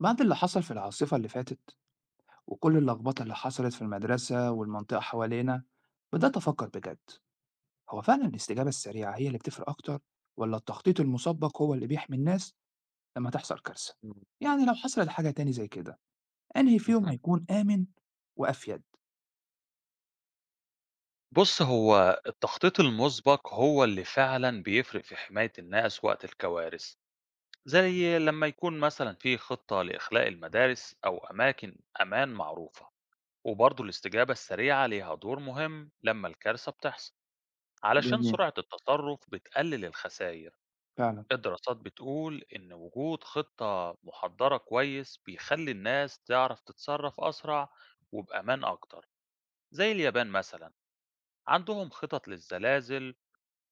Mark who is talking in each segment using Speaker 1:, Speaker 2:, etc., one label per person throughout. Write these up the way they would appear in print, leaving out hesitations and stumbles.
Speaker 1: بعد اللي حصل في العاصفة اللي فاتت، وكل اللخبطة اللي حصلت في المدرسة والمنطقة حوالينا، بدأت أفكر بجد. هو فعلا الاستجابة السريعة هي اللي بتفرق أكتر، ولا التخطيط المسبق هو اللي بيحمي الناس لما تحصل كارثة؟
Speaker 2: إمم.
Speaker 1: يعني لو حصلت حاجة تاني زي كده، أنهي فيهم
Speaker 2: اهم.
Speaker 1: هيكون آمن وأفيد؟
Speaker 2: بُص، هو التخطيط المُسبق هو اللي فعلًا بيفرق في حماية الناس وقت الكوارث، زي لمّا يكون مثلًا في خطة لإخلاء المدارس أو أماكن أمان معروفة، وبرضه الاستجابة السريعة ليها دور مهم لمّا الكارثة بتحصل، علشان
Speaker 1: جميل،
Speaker 2: سرعة التصرُّف بتقلل الخساير.
Speaker 1: فعلا.
Speaker 2: الدراسات بتقول إن وجود خطة مُحضّرة كويس بيخلّي الناس تعرف تتصرّف أسرع وبأمان أكتر، زي اليابان مثلًا. عندهم خطط للزلازل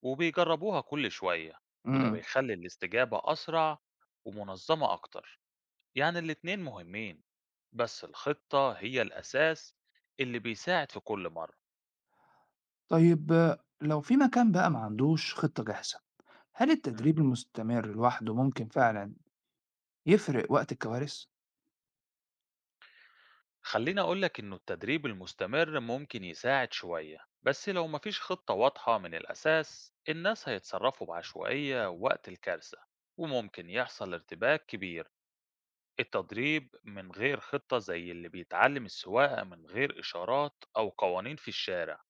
Speaker 2: وبيجربوها كل شوية، وده
Speaker 1: امم
Speaker 2: بيخلي الاستجابة أسرع ومنظمة أكتر. يعني الاتنين مهمين، بس الخطة هي الأساس اللي بيساعد في كل مرة.
Speaker 1: طيب، لو في مكان بقى ما عندوش خطة جاهزة، هل
Speaker 2: مم.
Speaker 1: التدريب المستمر لوحده ممكن فعلا يفرق وقت الكوارث؟
Speaker 2: خليني أقولك إنه التدريب المستمر ممكن يساعد شوية، بس لو مفيش خطة واضحة من الأساس الناس هيتصرفوا بعشوائية وقت الكارثة وممكن يحصل ارتباك كبير. التدريب من غير خطة زي اللي بيتعلم السواقة من غير إشارات أو قوانين في الشارع.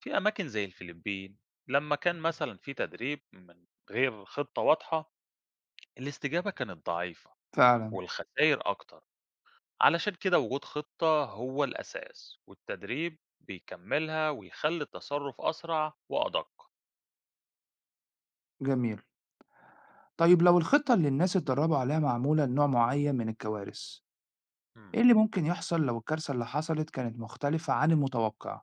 Speaker 2: في أماكن زي الفلبين لما كان مثلا في تدريب من غير خطة واضحة الاستجابة كانت ضعيفة
Speaker 1: فعلا.
Speaker 2: والخسائر أكتر. علشان كده وجود خطة هو الأساس والتدريب بيكملها ويخلي التصرف أسرع وأدق.
Speaker 1: جميل. طيب، لو الخطة اللي الناس اتدربوا عليها معمولة لنوع معين من الكوارث، إيه
Speaker 2: مم.
Speaker 1: اللي ممكن يحصل لو الكارثة اللي حصلت كانت مختلفة عن المتوقع؟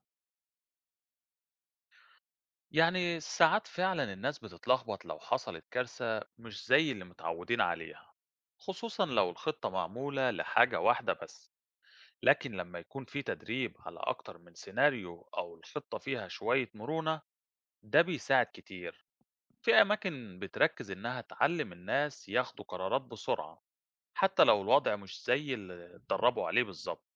Speaker 2: يعني ساعات فعلا الناس بتتلخبط لو حصلت كارثة مش زي اللي متعودين عليها، خصوصا لو الخطة معمولة لحاجة واحدة بس. لكن لما يكون في تدريب على أكتر من سيناريو أو الخطة فيها شوية مرونة ده بيساعد كتير. في أماكن بتركز إنها تعلم الناس ياخدوا قرارات بسرعة حتى لو الوضع مش زي اللي اتدربوا عليه بالظبط.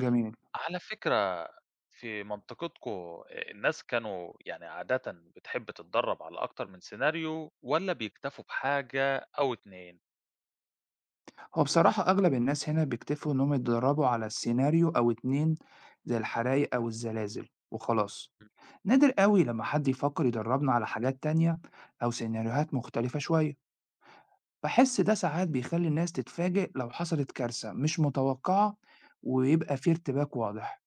Speaker 1: جميل.
Speaker 2: على فكرة، في منطقتكم الناس كانوا يعني عادةً بتحب تتدرّب على أكتر من سيناريو والّا بيكتفوا بحاجة أو 2؟
Speaker 1: هو بصراحة أغلب الناس هنا بيكتفوا إنهم يتدربوا على سيناريو أو اتنين، زي الحرايق أو الزلازل وخلاص.
Speaker 2: إمم.
Speaker 1: نادر قوي لما حد يفكر يدربنا على حاجات تانية أو سيناريوهات مختلفة شوية، بحس ده ساعات بيخلي الناس تتفاجئ لو حصلت كارثة مش متوقعة، ويبقى في ارتباك واضح.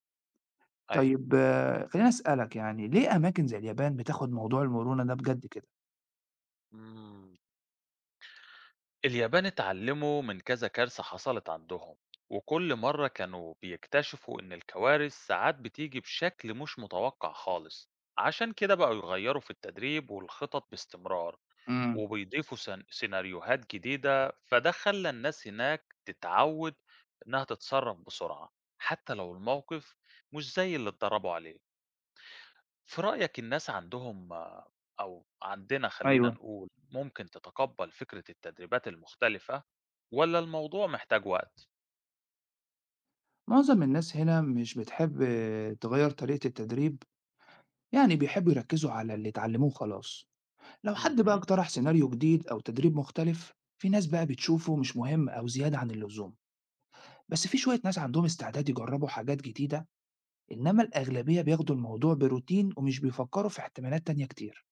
Speaker 2: أيوه.
Speaker 1: طيب، خلّيني أسألك، يعني ليه أماكن زي اليابان بتاخد موضوع المرونة ده بجد كده؟
Speaker 2: إمم. اليابان اتعلموا من كذا كارثة حصلت عندهم، وكل مرّة كانوا بيكتشفوا إن الكوارث ساعات بتيجي بشكل مش متوقع خالص، عشان كده بقوا يغيّروا في التدريب والخطط باستمرار.
Speaker 1: إمم،
Speaker 2: وبيضيفوا سيناريوهات جديدة فده خلى الناس هناك تتعود إنها تتصرف بسرعة حتى لو الموقف مش زي اللي اتدربوا عليه. في رأيك الناس عندهم أو عندنا خلينا
Speaker 1: أيوه.
Speaker 2: نقول ممكن تتقبل فكرة التدريبات المختلفة ولا الموضوع محتاج وقت؟
Speaker 1: معظم الناس هنا مش بتحب تغيّر طريقة التدريب، يعني بيحبّوا يركّزوا على اللي اتعلّموه وخلاص. لو حد بقى
Speaker 2: مهم.
Speaker 1: اقترح سيناريو جديد أو تدريب مختلف، في ناس بقى بتشوفه مش مهم أو زيادة عن اللزوم، بس في شوية ناس عندهم استعداد يجرّبوا حاجات جديدة، إنّما الأغلبية بياخدوا الموضوع بروتين ومش بيفكّروا في احتمالات تانية كتير.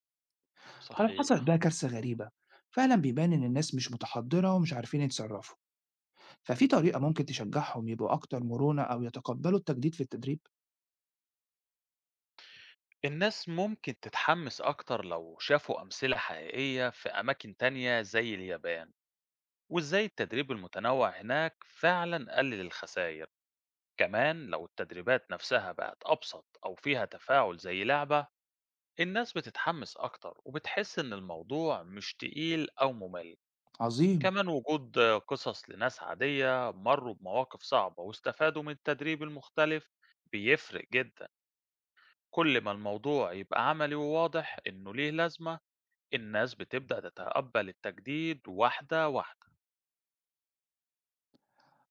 Speaker 1: فلو حصلت
Speaker 2: صحيح.
Speaker 1: بقى كارثة غريبة، فعلا بيبان إن الناس مش متحضرة ومش عارفين يتصرفوا، ففي طريقة ممكن تشجعهم يبقوا أكتر مرونة أو يتقبلوا التجديد في التدريب؟
Speaker 2: الناس ممكن تتحمس أكتر لو شافوا أمثلة حقيقية في أماكن تانية زي اليابان وإزاي التدريب المتنوع هناك فعلا قلل الخسائر. كمان لو التدريبات نفسها بقت أبسط أو فيها تفاعل زي لعبة الناس بتتحمس أكتر وبتحس إن الموضوع مش تقيل أو ممل.
Speaker 1: عظيم.
Speaker 2: كمان وجود قصص لناس عادية مروا بمواقف صعبة واستفادوا من التدريب المختلف بيفرق جدا. كل ما الموضوع يبقى عملي وواضح إنه ليه لازمة الناس بتبدأ تتقبل التجديد واحدة واحدة.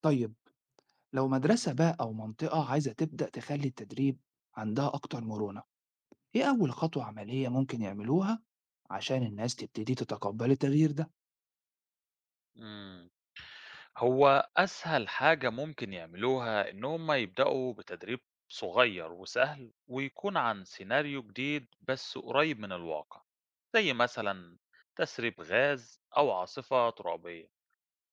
Speaker 1: طيب، لو مدرسة بقى أو منطقة عايزة تبدأ تخلي التدريب عندها أكتر مرونة، إيه أول خطوة عملية ممكن يعملوها عشان الناس تبتدي تتقبل التغيير ده؟
Speaker 2: مم. هو أسهل حاجة ممكن يعملوها إن هم يبدأوا بتدريب صغير وسهل ويكون عن سيناريو جديد بس قريب من الواقع، زي مثلا تسريب غاز أو عاصفة ترابية،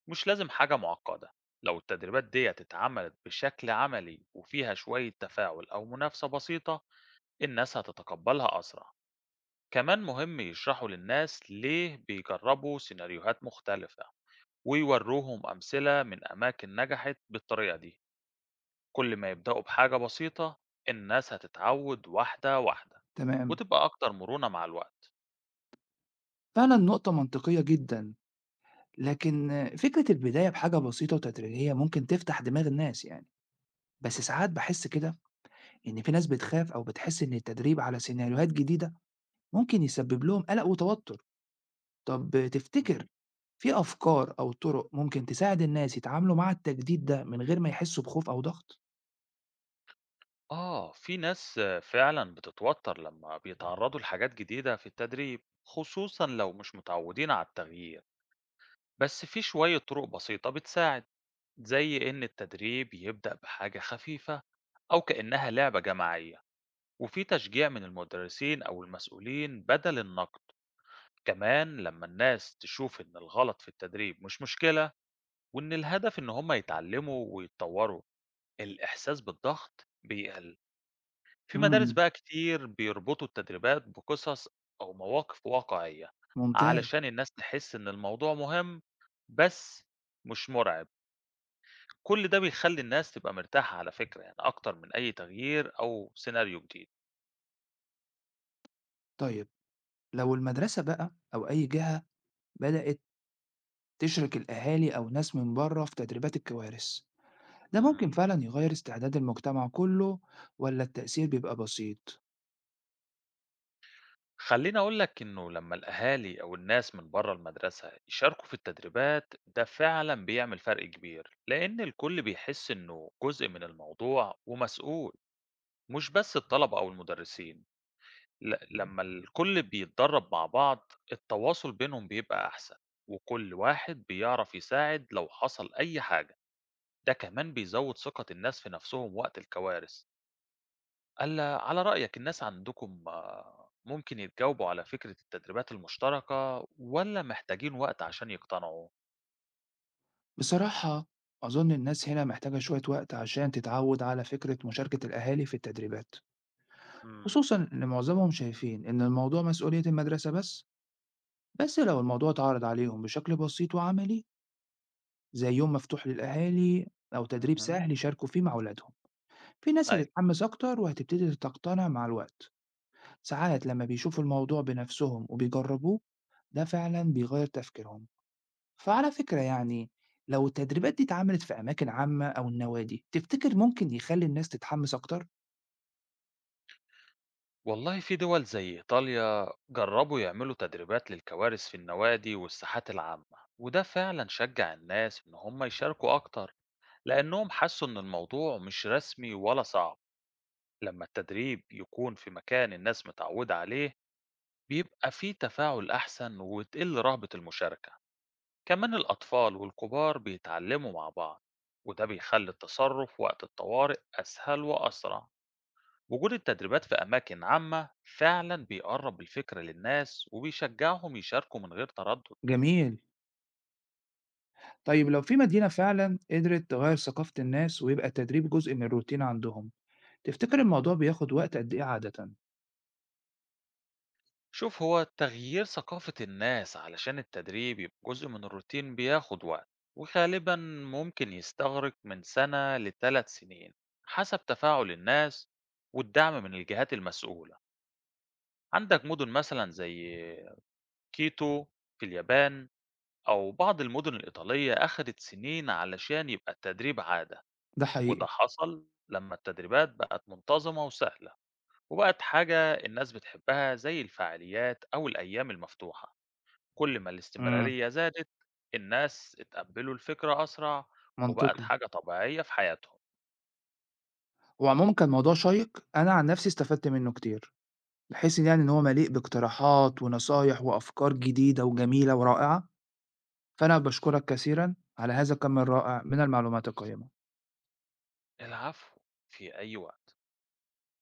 Speaker 2: مش لازم حاجة معقدة. لو التدريبات دي اتعملت بشكل عملي وفيها شوية تفاعل أو منافسة بسيطة الناس هتتقبلها أسرع. كمان مهم يشرحوا للناس ليه بيجربوا سيناريوهات مختلفة ويوروهم أمثلة من أماكن نجحت بالطريقة دي. كل ما يبدأوا بحاجة بسيطة الناس هتتعود واحدة واحدة
Speaker 1: تمام.
Speaker 2: وتبقى أكتر مرونة مع الوقت.
Speaker 1: فعلا نقطة منطقية جدا. لكن فكرة البداية بحاجة بسيطة وتدريجية ممكن تفتح دماغ الناس يعني، بس ساعات بحس كده إن في ناس بتخاف أو بتحس إن التدريب على سيناريوهات جديدة ممكن يسبب لهم قلق وتوتر. طب تفتكر
Speaker 2: مم.
Speaker 1: في أفكار أو طرق ممكن تساعد الناس يتعاملوا مع التجديد ده من غير ما يحسوا بخوف أو ضغط؟
Speaker 2: في ناس فعلا بتتوتر لما بيتعرضوا لحاجات جديدة في التدريب خصوصا لو مش متعودين على التغيير. بس في شوية طرق بسيطة بتساعد، زي إن التدريب يبدأ بحاجة خفيفة أو كأنها لعبة جماعية، وفي تشجيع من المدرسين أو المسؤولين بدل النقد. كمان لما الناس تشوف إن الغلط في التدريب مش مشكلة وإن الهدف إن هم يتعلموا ويتطوروا الإحساس بالضغط بيقل. في مدارس
Speaker 1: مم.
Speaker 2: بقى كتير بيربطوا التدريبات بقصص أو مواقف واقعية
Speaker 1: ممتاز.
Speaker 2: علشان الناس تحس إن الموضوع مهم بس مش مرعب. كل ده بيخلي الناس تبقى مرتاحة على فكرة يعني أكتر من أي تغيير أو سيناريو جديد.
Speaker 1: طيب، لو المدرسة بقى أو أي جهة بدأت تشرك الأهالي أو ناس من بره في تدريبات الكوارث، ده ممكن
Speaker 2: مم.
Speaker 1: فعلا يغير استعداد المجتمع كله، ولا التأثير بيبقى بسيط؟
Speaker 2: خلّيني أقول لك إنه لمّا الأهالي أو الناس من برّه المدرسة يشاركوا في التدريبات، ده فعلًا بيعمل فرق كبير، لإن الكل بيحس إنه جزء من الموضوع ومسؤول، مش بس الطلبة أو المدرسين. لمّا الكل بيتدرب مع بعض، التواصل بينهم بيبقى أحسن، وكل واحد بيعرف يساعد لو حصل أي حاجة، ده كمان بيزوّد ثقة الناس في نفسهم وقت الكوارث. قال على رأيك الناس عندكم ممكن يتجاوبوا على فكرة التدريبات المشتركة ولا محتاجين وقت عشان يقتنعوا؟
Speaker 1: بصراحة، أظن الناس هنا محتاجة شوية وقت عشان تتعود على فكرة مشاركة الأهالي في التدريبات،
Speaker 2: امم
Speaker 1: خصوصا إن معظمهم شايفين إن الموضوع مسؤولية المدرسة بس. بس لو الموضوع اتعرض عليهم بشكل بسيط وعملي، زي يوم مفتوح للأهالي أو تدريب
Speaker 2: اهم.
Speaker 1: سهل يشاركوا فيه مع أولادهم، في ناس
Speaker 2: أيوة.
Speaker 1: هتتحمس أكتر وهتبتدي تقتنع مع الوقت. ساعات لما بيشوفوا الموضوع بنفسهم وبيجربوه، ده فعلا بيغير تفكيرهم. فعلى فكرة يعني، لو التدريبات دي اتعملت في أماكن عامة أو النوادي، تفتكر ممكن يخلي الناس تتحمس أكتر؟
Speaker 2: والله في دول زي إيطاليا جربوا يعملوا تدريبات للكوارث في النوادي والساحات العامة، وده فعلا شجع الناس إن هم يشاركوا أكتر لأنهم حسوا إن الموضوع مش رسمي ولا صعب. لما التدريب يكون في مكان الناس متعودة عليه بيبقى فيه تفاعل أحسن وتقل رهبة المشاركة. كمان الأطفال والكبار بيتعلموا مع بعض وده بيخلي التصرف وقت الطوارئ أسهل وأسرع. وجود التدريبات في أماكن عامة فعلا بيقرب الفكرة للناس وبيشجعهم يشاركوا من غير تردد.
Speaker 1: جميل. طيب، لو في مدينة فعلا قدرت تغير ثقافة الناس ويبقى التدريب جزء من الروتين عندهم، تفتكر الموضوع بياخد وقت قد إيه عادة؟
Speaker 2: شوف، هو تغيير ثقافة الناس علشان التدريب يبقى جزء من الروتين بياخد وقت، وغالبا ممكن يستغرق من سنة لثلاث سنين، حسب تفاعل الناس والدعم من الجهات المسؤولة. عندك مدن مثلا زي كيتو في اليابان أو بعض المدن الإيطالية أخدت سنين علشان يبقى التدريب عادة.
Speaker 1: ده
Speaker 2: وده
Speaker 1: حقيقي.
Speaker 2: حصل لما التدريبات بقت منتظمة وسهلة وبقت حاجة الناس بتحبها زي الفعاليات أو الأيام المفتوحة. كل ما
Speaker 1: امم.
Speaker 2: الاستمرارية زادت الناس اتقبلوا الفكرة أسرع وبقت
Speaker 1: منطقي.
Speaker 2: حاجة طبيعية في حياتهم.
Speaker 1: وعموما كان موضوع شيق، أنا عن نفسي استفدت منه كتير، بحيث إن يعني إن هو مليء باقتراحات ونصايح وأفكار جديدة وجميلة ورائعة. فأنا بشكرك كثيرا على هذا الكم الرائع من المعلومات القيمة.
Speaker 2: العفو. في أي وقت.